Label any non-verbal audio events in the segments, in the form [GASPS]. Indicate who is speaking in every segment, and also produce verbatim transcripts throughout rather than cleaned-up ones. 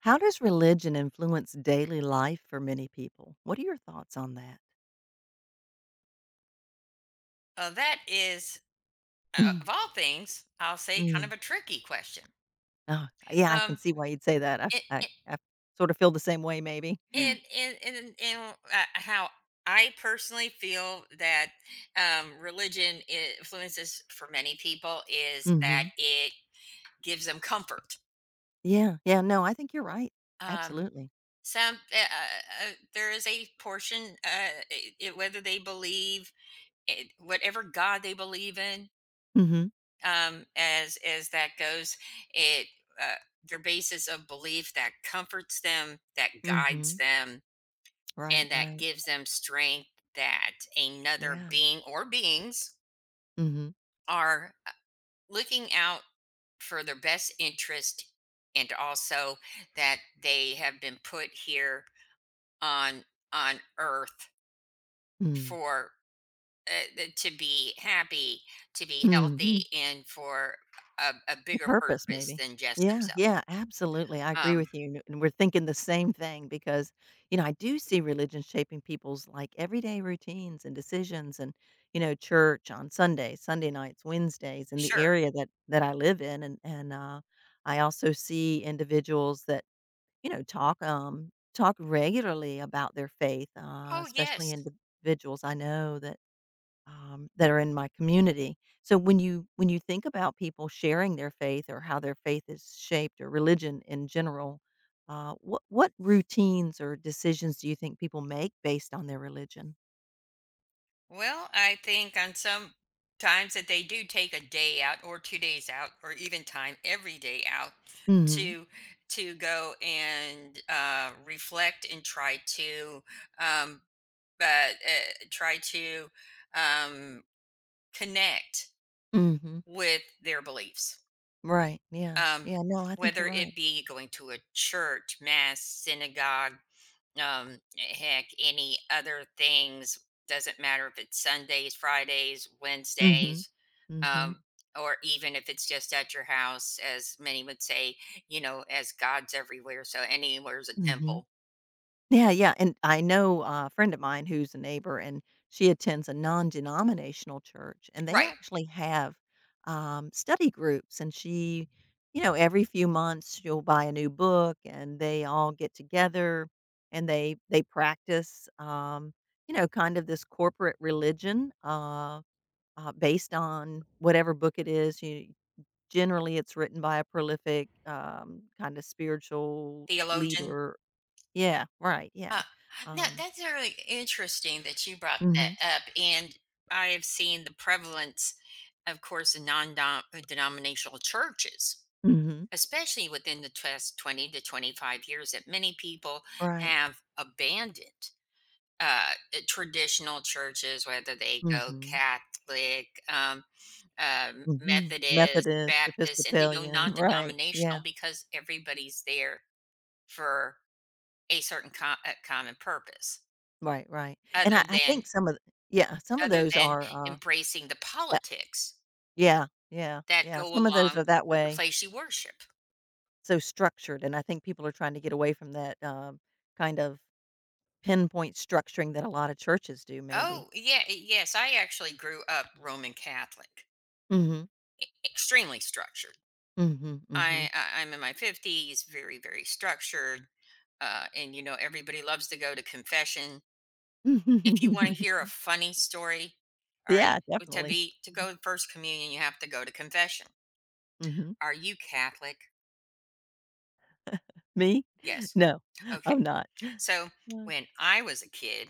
Speaker 1: How does religion influence daily life for many people? What are your thoughts on that?
Speaker 2: Uh, that is, uh,
Speaker 1: Mm,
Speaker 2: of all things, I'll say, kind
Speaker 1: mm.
Speaker 2: of a tricky question.
Speaker 1: Oh, yeah, I can
Speaker 2: Um,
Speaker 1: see why you'd say that. I,
Speaker 2: and
Speaker 1: I, I sort of feel the same way, maybe. [GASPS]
Speaker 2: and and and, and uh, how I personally feel that um, religion i- influences for many people is that
Speaker 1: Hmm.
Speaker 2: it gives them comfort.
Speaker 1: Yeah, yeah. No, I think you're right.
Speaker 2: Um,
Speaker 1: Absolutely.
Speaker 2: some uh, uh, uh, there is a portion, uh, i i- whether they believe it, whatever God they believe in,
Speaker 1: Hmm.
Speaker 2: um, as as that goes. It uh, their basis of belief that comforts them, that
Speaker 1: Hmm.
Speaker 2: guides them,
Speaker 1: Right,
Speaker 2: and that
Speaker 1: right.
Speaker 2: gives them strength that another
Speaker 1: Yeah.
Speaker 2: being or beings
Speaker 1: Hmm.
Speaker 2: are uh, looking out for their best interest, and also that they have been put here on on Earth for. Uh, th- to be happy, to be
Speaker 1: Mm-hmm.
Speaker 2: healthy, and for a, a bigger
Speaker 1: Purpose,
Speaker 2: purpose
Speaker 1: maybe.
Speaker 2: than just
Speaker 1: Yeah,
Speaker 2: themselves.
Speaker 1: yeah, absolutely, I agree
Speaker 2: Um,
Speaker 1: with you, and we're thinking the same thing because, you know, I do see religion shaping people's, like, everyday routines and decisions and, you know, church on Sundays, Sunday nights, Wednesdays in the
Speaker 2: Sure.
Speaker 1: area that that I live in, and and, uh, I also see individuals that, you know, talk, um, talk regularly about their faith, uh,
Speaker 2: Oh,
Speaker 1: especially
Speaker 2: yes.
Speaker 1: individuals I know that um, that are in my community. So when you when you think about people sharing their faith or how their faith is shaped or religion in general, uh, what what routines or decisions do you think people make based on their religion?
Speaker 2: Well, I think on some times that they do take a day out or two days out or even time every day out
Speaker 1: Mhm.
Speaker 2: to to go and uh reflect and try to um but uh, try to um connect
Speaker 1: Mhm.
Speaker 2: with their beliefs.
Speaker 1: Right. Yeah.
Speaker 2: Um
Speaker 1: Yeah. No, I think you're
Speaker 2: Whether
Speaker 1: right.
Speaker 2: it be going to a church, mass, synagogue, um heck, any other things, doesn't matter if it's Sundays, Fridays,
Speaker 1: Mhm.
Speaker 2: Wednesdays,
Speaker 1: Mhm.
Speaker 2: um or even if it's just at your house, as many would say, you know as God's everywhere, so anywhere's a
Speaker 1: Mhm.
Speaker 2: temple.
Speaker 1: Yeah, yeah, and I know a friend of mine who's a neighbor, and she attends a non-denominational church, and they
Speaker 2: Right.
Speaker 1: actually have, um, study groups, and she you know, every few months, she'll buy a new book, and they all get together, and they they practice, um, you know, kind of this corporate religion, uh, uh, based on whatever book it is. You generally, it's written by a prolific, um, kinda spiritual
Speaker 2: Theologian.
Speaker 1: leader. Yeah, right, yeah.
Speaker 2: uh, Now
Speaker 1: Um,
Speaker 2: that's really interesting that you brought
Speaker 1: mhm,
Speaker 2: that up, and I have seen the prevalence, of course, in non-denominational churches,
Speaker 1: mhm,
Speaker 2: especially within the past twenty to twenty-five years, that many people
Speaker 1: right,
Speaker 2: have abandoned uh, uh, traditional churches, whether they go
Speaker 1: mhm,
Speaker 2: Catholic, um, um,
Speaker 1: mhm.
Speaker 2: Methodist,
Speaker 1: Methodist,
Speaker 2: Baptist, and they go
Speaker 1: Episcopalian, right, yeah,
Speaker 2: non-denominational because everybody's there for a certain co- uh, common purpose,
Speaker 1: right, right, and
Speaker 2: other
Speaker 1: I I
Speaker 2: than
Speaker 1: think some of th- yeah, some of
Speaker 2: other
Speaker 1: those
Speaker 2: than
Speaker 1: are, uh,
Speaker 2: embracing the
Speaker 1: that
Speaker 2: politics
Speaker 1: yeah, yeah,
Speaker 2: that
Speaker 1: yeah,
Speaker 2: go
Speaker 1: some of those
Speaker 2: along
Speaker 1: are that
Speaker 2: with the
Speaker 1: way,
Speaker 2: place you worship.
Speaker 1: so structured, and I think people are trying to get away from that, um, kind of pinpoint structuring that a lot of churches do maybe.
Speaker 2: Oh, yeah, eh, yes. I actually grew up Roman Catholic,
Speaker 1: Mhm,
Speaker 2: extremely structured.
Speaker 1: mhm, mhm.
Speaker 2: I, I I'm in my fifties, very, very structured, uh, and you know everybody loves to go to confession. If you want to hear a
Speaker 1: [LAUGHS]
Speaker 2: funny story, all
Speaker 1: Yeah,
Speaker 2: right, to
Speaker 1: definitely.
Speaker 2: be to go to first communion, you have to go to confession.
Speaker 1: Mhm.
Speaker 2: Are you Catholic?
Speaker 1: Me? [LAUGHS]
Speaker 2: Yes.
Speaker 1: No,
Speaker 2: Okay.
Speaker 1: I'm not.
Speaker 2: So when I was a kid,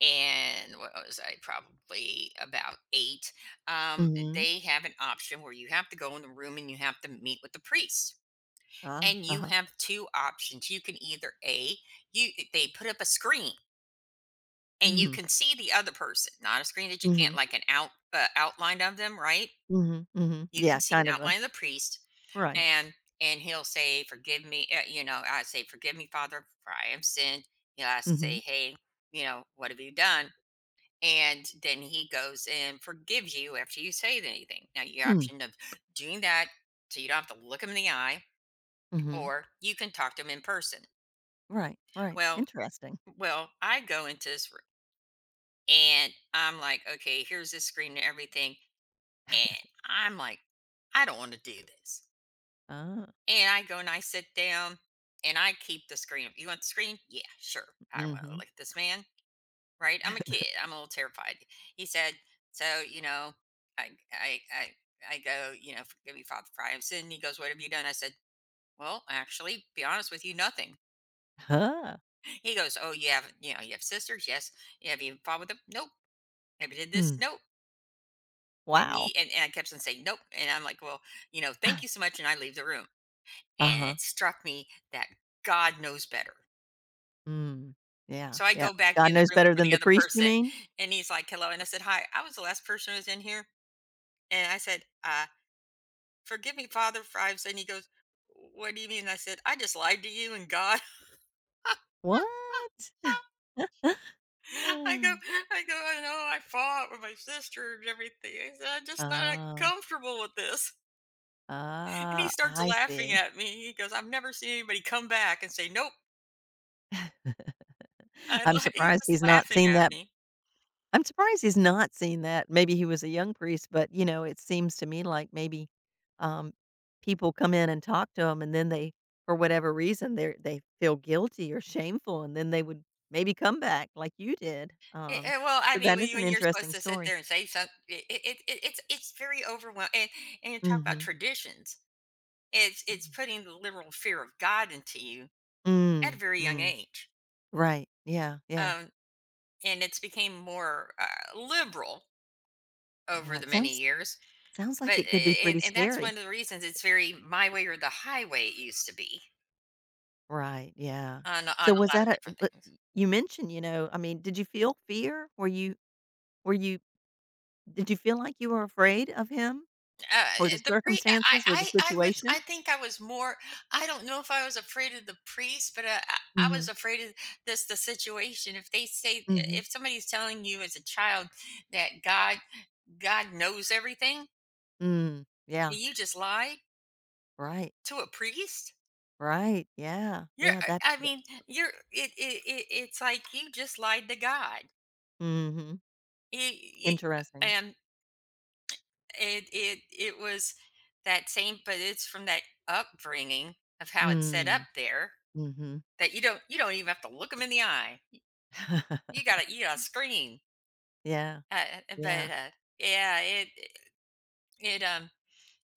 Speaker 2: and what was I, probably about eight, um,
Speaker 1: Mhm.
Speaker 2: they have an option where you have to go in the room and you have to meet with the priest,
Speaker 1: Ah,
Speaker 2: and you
Speaker 1: uh-huh.
Speaker 2: have two options. You can either A, you they put up a screen and you
Speaker 1: Mhm.
Speaker 2: can see the other person, not a screen that you can't,
Speaker 1: Mhm.
Speaker 2: like, an out uh, outline of them, right?
Speaker 1: Mhm. Mhm.
Speaker 2: You can
Speaker 1: Yeah,
Speaker 2: see
Speaker 1: kind
Speaker 2: an
Speaker 1: of a
Speaker 2: outline of the priest,
Speaker 1: right.
Speaker 2: and and he'll say, "Forgive me," uh, you know. I say, "Forgive me, Father, for I have sinned." He'll ask, say,
Speaker 1: Mhm.
Speaker 2: "Hey, you know, what have you done?" And then he goes and forgives you after you say anything. Now, your
Speaker 1: Mm.
Speaker 2: option of doing that, so you don't have to look him in the eye,
Speaker 1: Mhm.
Speaker 2: or you can talk to him in person.
Speaker 1: Right, right.
Speaker 2: Well,
Speaker 1: Interesting.
Speaker 2: Well, I go into this room, and I'm like, okay, here's this screen and everything. And I'm like, I don't want to do this.
Speaker 1: Ah,
Speaker 2: And I go and I sit down and I keep the screen. You want the screen? Yeah, sure. I don't want to
Speaker 1: mhm.
Speaker 2: look at this man, right? I'm a kid. I'm a little terrified. He said, so, you know, I, I, I, I go, you know, forgive me, Father, for I have sinned. He goes, what have you done? I said, well, actually, be honest with you, nothing.
Speaker 1: Huh.
Speaker 2: He goes, oh, you have, you know, you have sisters? Yes. Have you fought with them? Nope. Have you did
Speaker 1: Mm.
Speaker 2: this? No. And
Speaker 1: Wow.
Speaker 2: me. And, and I kept on saying, nope. And I'm like, well, you know, thank you
Speaker 1: [LAUGHS]
Speaker 2: so much. And I leave the room. And
Speaker 1: Uh-huh.
Speaker 2: it struck me that God knows better.
Speaker 1: Mm. Yeah,
Speaker 2: So I
Speaker 1: yeah.
Speaker 2: go back
Speaker 1: God
Speaker 2: in the
Speaker 1: knows
Speaker 2: room
Speaker 1: better
Speaker 2: for
Speaker 1: than
Speaker 2: the
Speaker 1: the
Speaker 2: other
Speaker 1: priest, you
Speaker 2: person,
Speaker 1: mean?
Speaker 2: and he's like, hello. And I said, hi, I was the last person who was in here. And I said, uh, forgive me, Father, for I've sinned." And he goes, what do you mean? I said, I just lied to you and God. [LAUGHS]
Speaker 1: What?
Speaker 2: I go,
Speaker 1: Oh.
Speaker 2: I go, I know I fought with my sister and everything. I said, I'm just not
Speaker 1: Oh.
Speaker 2: comfortable with this. And he
Speaker 1: Ah,
Speaker 2: starts
Speaker 1: I
Speaker 2: laughing
Speaker 1: see.
Speaker 2: at me. He goes, "I've never seen anybody come back and say, 'Nope.'"
Speaker 1: [LAUGHS]
Speaker 2: I li
Speaker 1: I'm
Speaker 2: [LAUGHS] he's
Speaker 1: surprised
Speaker 2: just
Speaker 1: he's not
Speaker 2: laughing
Speaker 1: seen
Speaker 2: at
Speaker 1: that
Speaker 2: me.
Speaker 1: I'm surprised he's not seen that. Maybe he was a young priest, but, you know, it seems to me like maybe, um, people come in and talk to him, and then they for whatever reason, they they feel guilty or shameful, and then they would maybe come back like you did.
Speaker 2: Eh
Speaker 1: Um,
Speaker 2: eh, well, I
Speaker 1: so
Speaker 2: mean,
Speaker 1: that
Speaker 2: when
Speaker 1: is
Speaker 2: you
Speaker 1: an
Speaker 2: when you're supposed
Speaker 1: interesting
Speaker 2: to sit
Speaker 1: story.
Speaker 2: there and say something, it it it it's it's very overwhelming. and and you talk about
Speaker 1: Mhm.
Speaker 2: traditions. It's it's
Speaker 1: Mhm.
Speaker 2: putting the literal fear of God into you at a
Speaker 1: Mm,
Speaker 2: very young
Speaker 1: mm.
Speaker 2: age.
Speaker 1: Right. Yeah, yeah,
Speaker 2: Um, and it's became more, uh, liberal over
Speaker 1: yeah.
Speaker 2: the
Speaker 1: It
Speaker 2: many
Speaker 1: sounds
Speaker 2: years,
Speaker 1: sounds like
Speaker 2: but
Speaker 1: it could be
Speaker 2: a
Speaker 1: pretty
Speaker 2: and and that's
Speaker 1: scary.
Speaker 2: one of the reasons. It's very my way or the highway, it used to be,
Speaker 1: Right, yeah.
Speaker 2: on
Speaker 1: So
Speaker 2: on a
Speaker 1: was
Speaker 2: lot
Speaker 1: that
Speaker 2: of
Speaker 1: a
Speaker 2: different
Speaker 1: uh,
Speaker 2: things.
Speaker 1: you mentioned, you know I mean, did you feel fear? Were you were you Did you feel like you were afraid of him
Speaker 2: Uh,
Speaker 1: or the
Speaker 2: the pre, I
Speaker 1: circumstances or the
Speaker 2: I I was I
Speaker 1: situation?
Speaker 2: think I was more. I don't know if I was afraid of the priest, but, uh, I I was
Speaker 1: Mhm,
Speaker 2: afraid of this the situation. If they say
Speaker 1: mhm,
Speaker 2: If somebody's telling you as a child that God God knows everything, and
Speaker 1: mm, yeah,
Speaker 2: you just lied
Speaker 1: right,
Speaker 2: to a priest?
Speaker 1: right, yeah,
Speaker 2: You're
Speaker 1: yeah,
Speaker 2: I
Speaker 1: that
Speaker 2: I
Speaker 1: th
Speaker 2: mean, you're it it it it's like you just lied to God.
Speaker 1: mhm,
Speaker 2: It it
Speaker 1: interesting.
Speaker 2: and it it it was that same, but it's from that upbringing of how it's set up
Speaker 1: Mm,
Speaker 2: there.
Speaker 1: mhm.
Speaker 2: That you don't you don't even have to look them in the eye. You
Speaker 1: [LAUGHS]
Speaker 2: gotta you gotta scream.
Speaker 1: Yeah,
Speaker 2: Uh, uh,
Speaker 1: yeah,
Speaker 2: but, uh, yeah, it it, um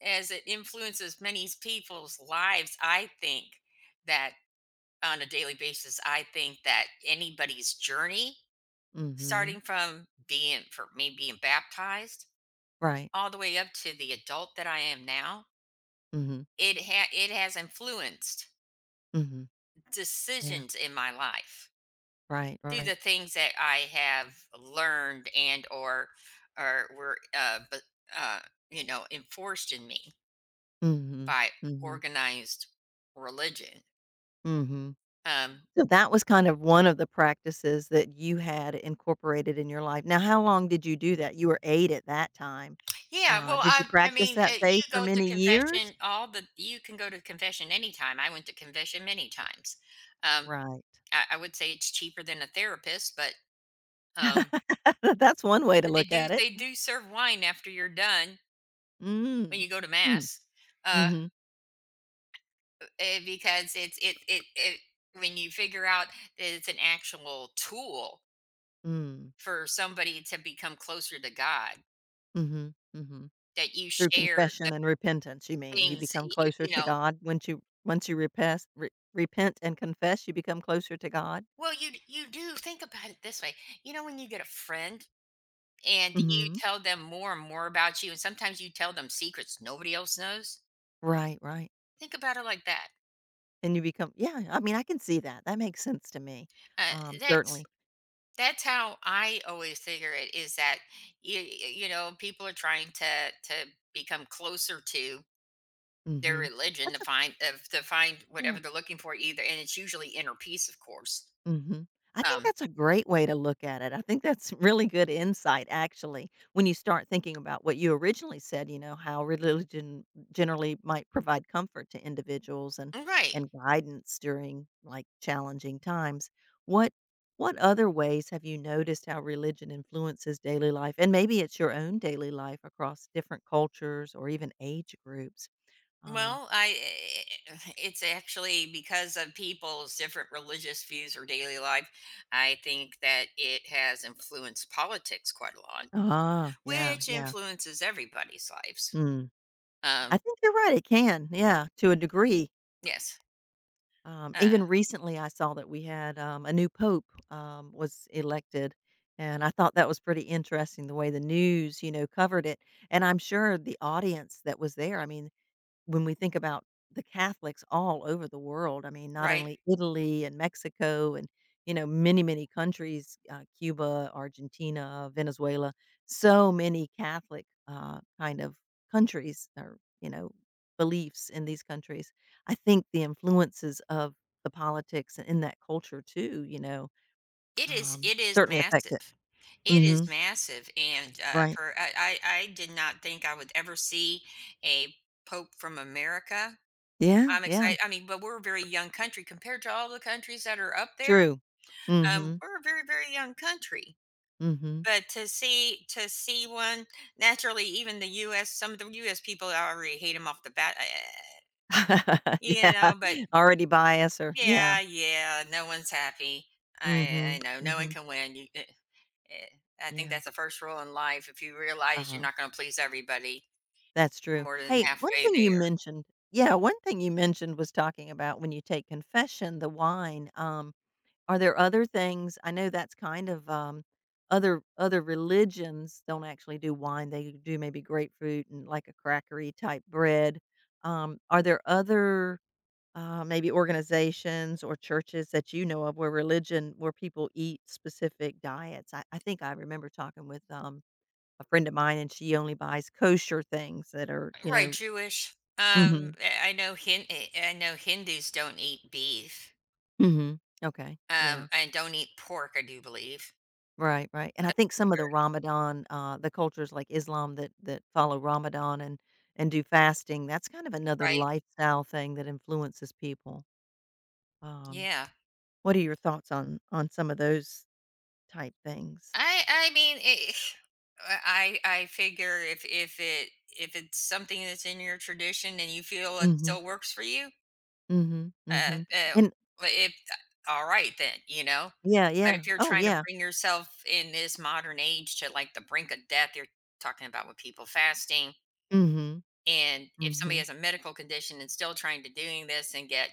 Speaker 2: as it influences many people's lives, I think that on a daily basis, I think that anybody's journey,
Speaker 1: mhm,
Speaker 2: starting from being for me being baptized
Speaker 1: right,
Speaker 2: all the way up to the adult that I am now,
Speaker 1: mhm,
Speaker 2: it ha it has influenced
Speaker 1: mhm, yeah,
Speaker 2: decisions in my life,
Speaker 1: right,
Speaker 2: through
Speaker 1: right,
Speaker 2: the things that I have learned, and or or were, uh, but uh, you know, enforced in me
Speaker 1: mhm,
Speaker 2: by
Speaker 1: mhm,
Speaker 2: organized religion.
Speaker 1: mhm.
Speaker 2: Um,
Speaker 1: So that was kind of one of the practices that you had incorporated in your life. Now, how long did you do that? You were eight at that time.
Speaker 2: yeah,
Speaker 1: Uh,
Speaker 2: well,
Speaker 1: did
Speaker 2: I
Speaker 1: you
Speaker 2: I
Speaker 1: practice
Speaker 2: mean, uh,
Speaker 1: that
Speaker 2: you
Speaker 1: faith for
Speaker 2: go to
Speaker 1: many years?
Speaker 2: confession all the you can go to confession anytime. I went to confession many times. Um,
Speaker 1: Right.
Speaker 2: I, I would say it's cheaper than a therapist, but um,
Speaker 1: [LAUGHS] That's one way to
Speaker 2: but they
Speaker 1: look
Speaker 2: do
Speaker 1: at it.
Speaker 2: they do serve wine after you're done when
Speaker 1: Mm.
Speaker 2: you go to
Speaker 1: Mm.
Speaker 2: mass. uh,
Speaker 1: Mhm.
Speaker 2: eh, because it's it, it it when you figure out that it's an actual tool
Speaker 1: Mm.
Speaker 2: for somebody to become closer to God,
Speaker 1: Mhm. Mhm.
Speaker 2: that you
Speaker 1: Through
Speaker 2: share the
Speaker 1: confession and repentance, you mean. You
Speaker 2: things
Speaker 1: become
Speaker 2: y- y-
Speaker 1: closer
Speaker 2: you
Speaker 1: to
Speaker 2: know
Speaker 1: God once you once you repess re- repent and confess, you become closer to God?
Speaker 2: Well, you d- you do think about it this way. You know when you get a friend, and you
Speaker 1: Mhm.
Speaker 2: tell them more and more about you, and sometimes you tell them secrets nobody else knows,
Speaker 1: Right, right.
Speaker 2: think about it like that.
Speaker 1: And you become yeah, I mean, I can see that, that makes sense to me,
Speaker 2: uh,
Speaker 1: um,
Speaker 2: that's
Speaker 1: certainly.
Speaker 2: that's how I always figure it is, that you you know people are trying to to become closer to their
Speaker 1: Mhm.
Speaker 2: religion, to
Speaker 1: That's a
Speaker 2: find of to find
Speaker 1: yeah.
Speaker 2: whatever they're looking for either, and it's usually inner peace, of course.
Speaker 1: Mhm. I think
Speaker 2: um
Speaker 1: that's a great way to look at it. I think that's really good insight, actually, when you start thinking about what you originally said, you know, how religion generally might provide comfort to individuals and,
Speaker 2: right.
Speaker 1: and guidance during like challenging times. What what other ways have you noticed how religion influences daily life? And maybe it's your own daily life across different cultures or even age groups. Um,
Speaker 2: Well, I [SIGHS] it's actually because of people's different religious views or daily life. I think that it has influenced politics quite a lot,
Speaker 1: ah, yeah,
Speaker 2: which
Speaker 1: yeah.
Speaker 2: influences everybody's lives.
Speaker 1: Mm.
Speaker 2: um
Speaker 1: I think you're right. It can, yeah, to a degree.
Speaker 2: yes.
Speaker 1: Um, even
Speaker 2: uh,
Speaker 1: recently, I saw that we had, um, a new pope, um, was elected, and I thought that was pretty interesting the way the news, you know, covered it, and I'm sure the audience that was there, I mean, when we think about the Catholics all over the world, I mean, not
Speaker 2: right.
Speaker 1: only Italy and Mexico and, you know, many, many countries, uh, Cuba, Argentina, Venezuela, so many Catholic, uh, kind of countries or, you know, beliefs in these countries. I think the influences of the politics in that culture too, you know,
Speaker 2: it is
Speaker 1: um,
Speaker 2: it is
Speaker 1: certainly affect it.
Speaker 2: massive. It is
Speaker 1: Mhm.
Speaker 2: massive, and, uh,
Speaker 1: Right.
Speaker 2: for I I I did not think I would ever see a pope from America.
Speaker 1: Yeah,
Speaker 2: I'm
Speaker 1: yeah.
Speaker 2: excited, I mean, but we're a very young country compared to all the countries that are up there.
Speaker 1: True.
Speaker 2: Um,
Speaker 1: Mhm.
Speaker 2: we're a very, very young country,
Speaker 1: Mhm.
Speaker 2: but to see to see one. Naturally, even the U S, some of the U S people already hate him off the bat, eh,
Speaker 1: [LAUGHS] Yeah,
Speaker 2: you know, but
Speaker 1: already biased or yeah.
Speaker 2: yeah, yeah, no one's happy.
Speaker 1: Mm,
Speaker 2: I I
Speaker 1: mhm,
Speaker 2: know,
Speaker 1: mm
Speaker 2: no one
Speaker 1: mhm,
Speaker 2: can win, you eh Eh, I think
Speaker 1: yeah,
Speaker 2: that's the first rule in life. If you realize you're
Speaker 1: uh-huh,
Speaker 2: not going to please everybody,
Speaker 1: that's
Speaker 2: you're
Speaker 1: true.
Speaker 2: more than
Speaker 1: Hey, one
Speaker 2: halfway
Speaker 1: thing you
Speaker 2: there.
Speaker 1: mentioned yeah, one thing you mentioned was talking about when you take confession, the wine, um, are there other things I know that's kind of, um, other other religions don't actually do wine, they do maybe grapefruit and like a crackery type bread, um, are there other Uh, maybe organizations or churches that you know of where religion where people eat specific diets. I, I think I remember talking with um, a friend of mine, and she only buys kosher things that are, you
Speaker 2: Right,
Speaker 1: know.
Speaker 2: Jewish.
Speaker 1: Hmm.
Speaker 2: Um, I I know Hin- eh, I know Hindus don't eat beef.
Speaker 1: Hmm. Okay. Yeah.
Speaker 2: Um, and don't eat pork. I do believe.
Speaker 1: Right. Right. And I think some of the Ramadan, uh, the cultures like Islam that that follow Ramadan and and do fasting, that's kind of another
Speaker 2: Right?
Speaker 1: lifestyle thing that influences people. Um,
Speaker 2: Yeah.
Speaker 1: what are your thoughts on on some of those type things?
Speaker 2: I I mean, it, I I I figure if if it if it's something that's in your tradition and you feel it still works for you,
Speaker 1: Mhm,
Speaker 2: Uh,
Speaker 1: mhm,
Speaker 2: uh,
Speaker 1: and
Speaker 2: but if uh, all right then, you know?
Speaker 1: yeah,
Speaker 2: But
Speaker 1: yeah.
Speaker 2: if you're
Speaker 1: Oh,
Speaker 2: trying to
Speaker 1: yeah.
Speaker 2: bring yourself in this modern age to, like, the brink of death, you're talking about with people fasting,
Speaker 1: Mhm,
Speaker 2: and if somebody
Speaker 1: mhm.
Speaker 2: has a medical condition and still trying to doing this and get,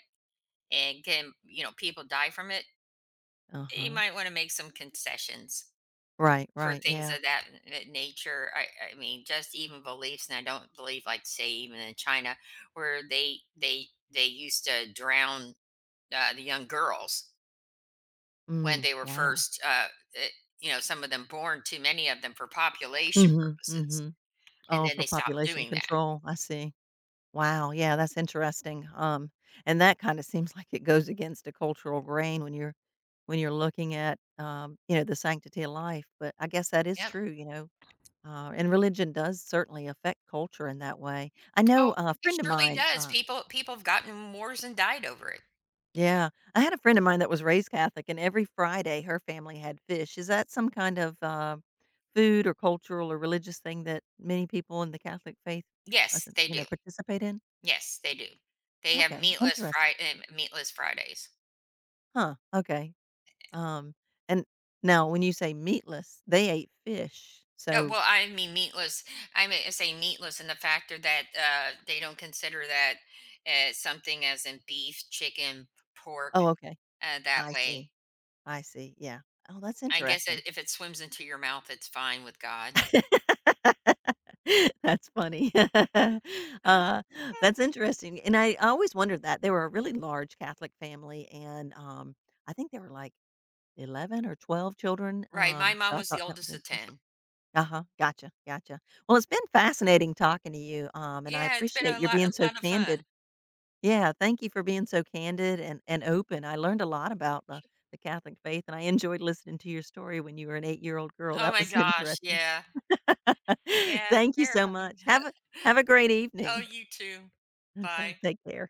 Speaker 2: and can, you know, people die from it, you
Speaker 1: Uh-huh.
Speaker 2: might wanna make some concessions
Speaker 1: Right,
Speaker 2: for
Speaker 1: right,
Speaker 2: things
Speaker 1: yeah.
Speaker 2: of that n nature. I I mean, just even beliefs, and I don't believe, like, say, even in China, where they they they used to drown, uh, the young girls, when
Speaker 1: Mm,
Speaker 2: they were
Speaker 1: wow.
Speaker 2: first, uh, eh, you know, some of them born, too many of them, for population
Speaker 1: Mhm,
Speaker 2: purposes,
Speaker 1: mhm.
Speaker 2: and
Speaker 1: Oh,
Speaker 2: then
Speaker 1: for
Speaker 2: they stopped
Speaker 1: population
Speaker 2: doing that.
Speaker 1: control, I see. Wow, yeah, that's interesting, um, and that kinda seems like it goes against a cultural grain when you're when you're looking at, um, you know, the sanctity of life, but I guess that is
Speaker 2: Yep.
Speaker 1: true, you know, uh, and religion does certainly affect culture in that way. I know
Speaker 2: Oh,
Speaker 1: uh, a
Speaker 2: it
Speaker 1: friend of
Speaker 2: surely
Speaker 1: mine,
Speaker 2: does.
Speaker 1: uh
Speaker 2: People people have gotten wars and died over it.
Speaker 1: Yeah. I had a friend of mine that was raised Catholic, and every Friday her family had fish. Is that some kind of uh, food or cultural or religious thing that many people in the Catholic faith, uh,
Speaker 2: Yes, they
Speaker 1: you know,
Speaker 2: do.
Speaker 1: participate in?
Speaker 2: Yes, they do. They have
Speaker 1: Okay,
Speaker 2: meatless
Speaker 1: interesting.
Speaker 2: Friday. Meatless Fridays.
Speaker 1: Huh. Okay. Um, and now, when you say meatless, they ate fish.
Speaker 2: No,
Speaker 1: So,
Speaker 2: well, I mean meatless I mean, I say meatless in the factor that, uh, they don't consider that as something as in beef, chicken, pork,
Speaker 1: oh, okay.
Speaker 2: uh, that
Speaker 1: I
Speaker 2: way.
Speaker 1: see. I see. Yeah. Oh, that's
Speaker 2: I guess I
Speaker 1: interesting.
Speaker 2: if it swims into your mouth, it's fine with God.
Speaker 1: [LAUGHS] That's funny. [LAUGHS] Uh, that's interesting, and I always wondered that. They were a really large Catholic family, and, um, I think there were, like, eleven or twelve children,
Speaker 2: Right, my
Speaker 1: um,
Speaker 2: mom
Speaker 1: so I
Speaker 2: was the
Speaker 1: thought that was
Speaker 2: oldest of
Speaker 1: interesting.
Speaker 2: ten.
Speaker 1: Uh-huh, gotcha, gotcha. Well, it's been fascinating talking to you, um, and I
Speaker 2: Yeah, it's been
Speaker 1: appreciate
Speaker 2: a
Speaker 1: your
Speaker 2: lot
Speaker 1: being
Speaker 2: a
Speaker 1: so
Speaker 2: lot of
Speaker 1: candid.
Speaker 2: fun.
Speaker 1: Yeah, thank you for being so candid and and open. I learned a lot about the the Catholic faith, and I enjoyed listening to your story when you were an eight-year-old girl.
Speaker 2: Oh
Speaker 1: That
Speaker 2: my
Speaker 1: was [LAUGHS]
Speaker 2: gosh,
Speaker 1: interesting.
Speaker 2: yeah.
Speaker 1: [LAUGHS]
Speaker 2: Yeah,
Speaker 1: Thank you so
Speaker 2: terrifying.
Speaker 1: much. Have a
Speaker 2: [LAUGHS]
Speaker 1: have a great
Speaker 2: Oh,
Speaker 1: evening.
Speaker 2: you too.
Speaker 1: Okay,
Speaker 2: Bye.
Speaker 1: take [LAUGHS] care.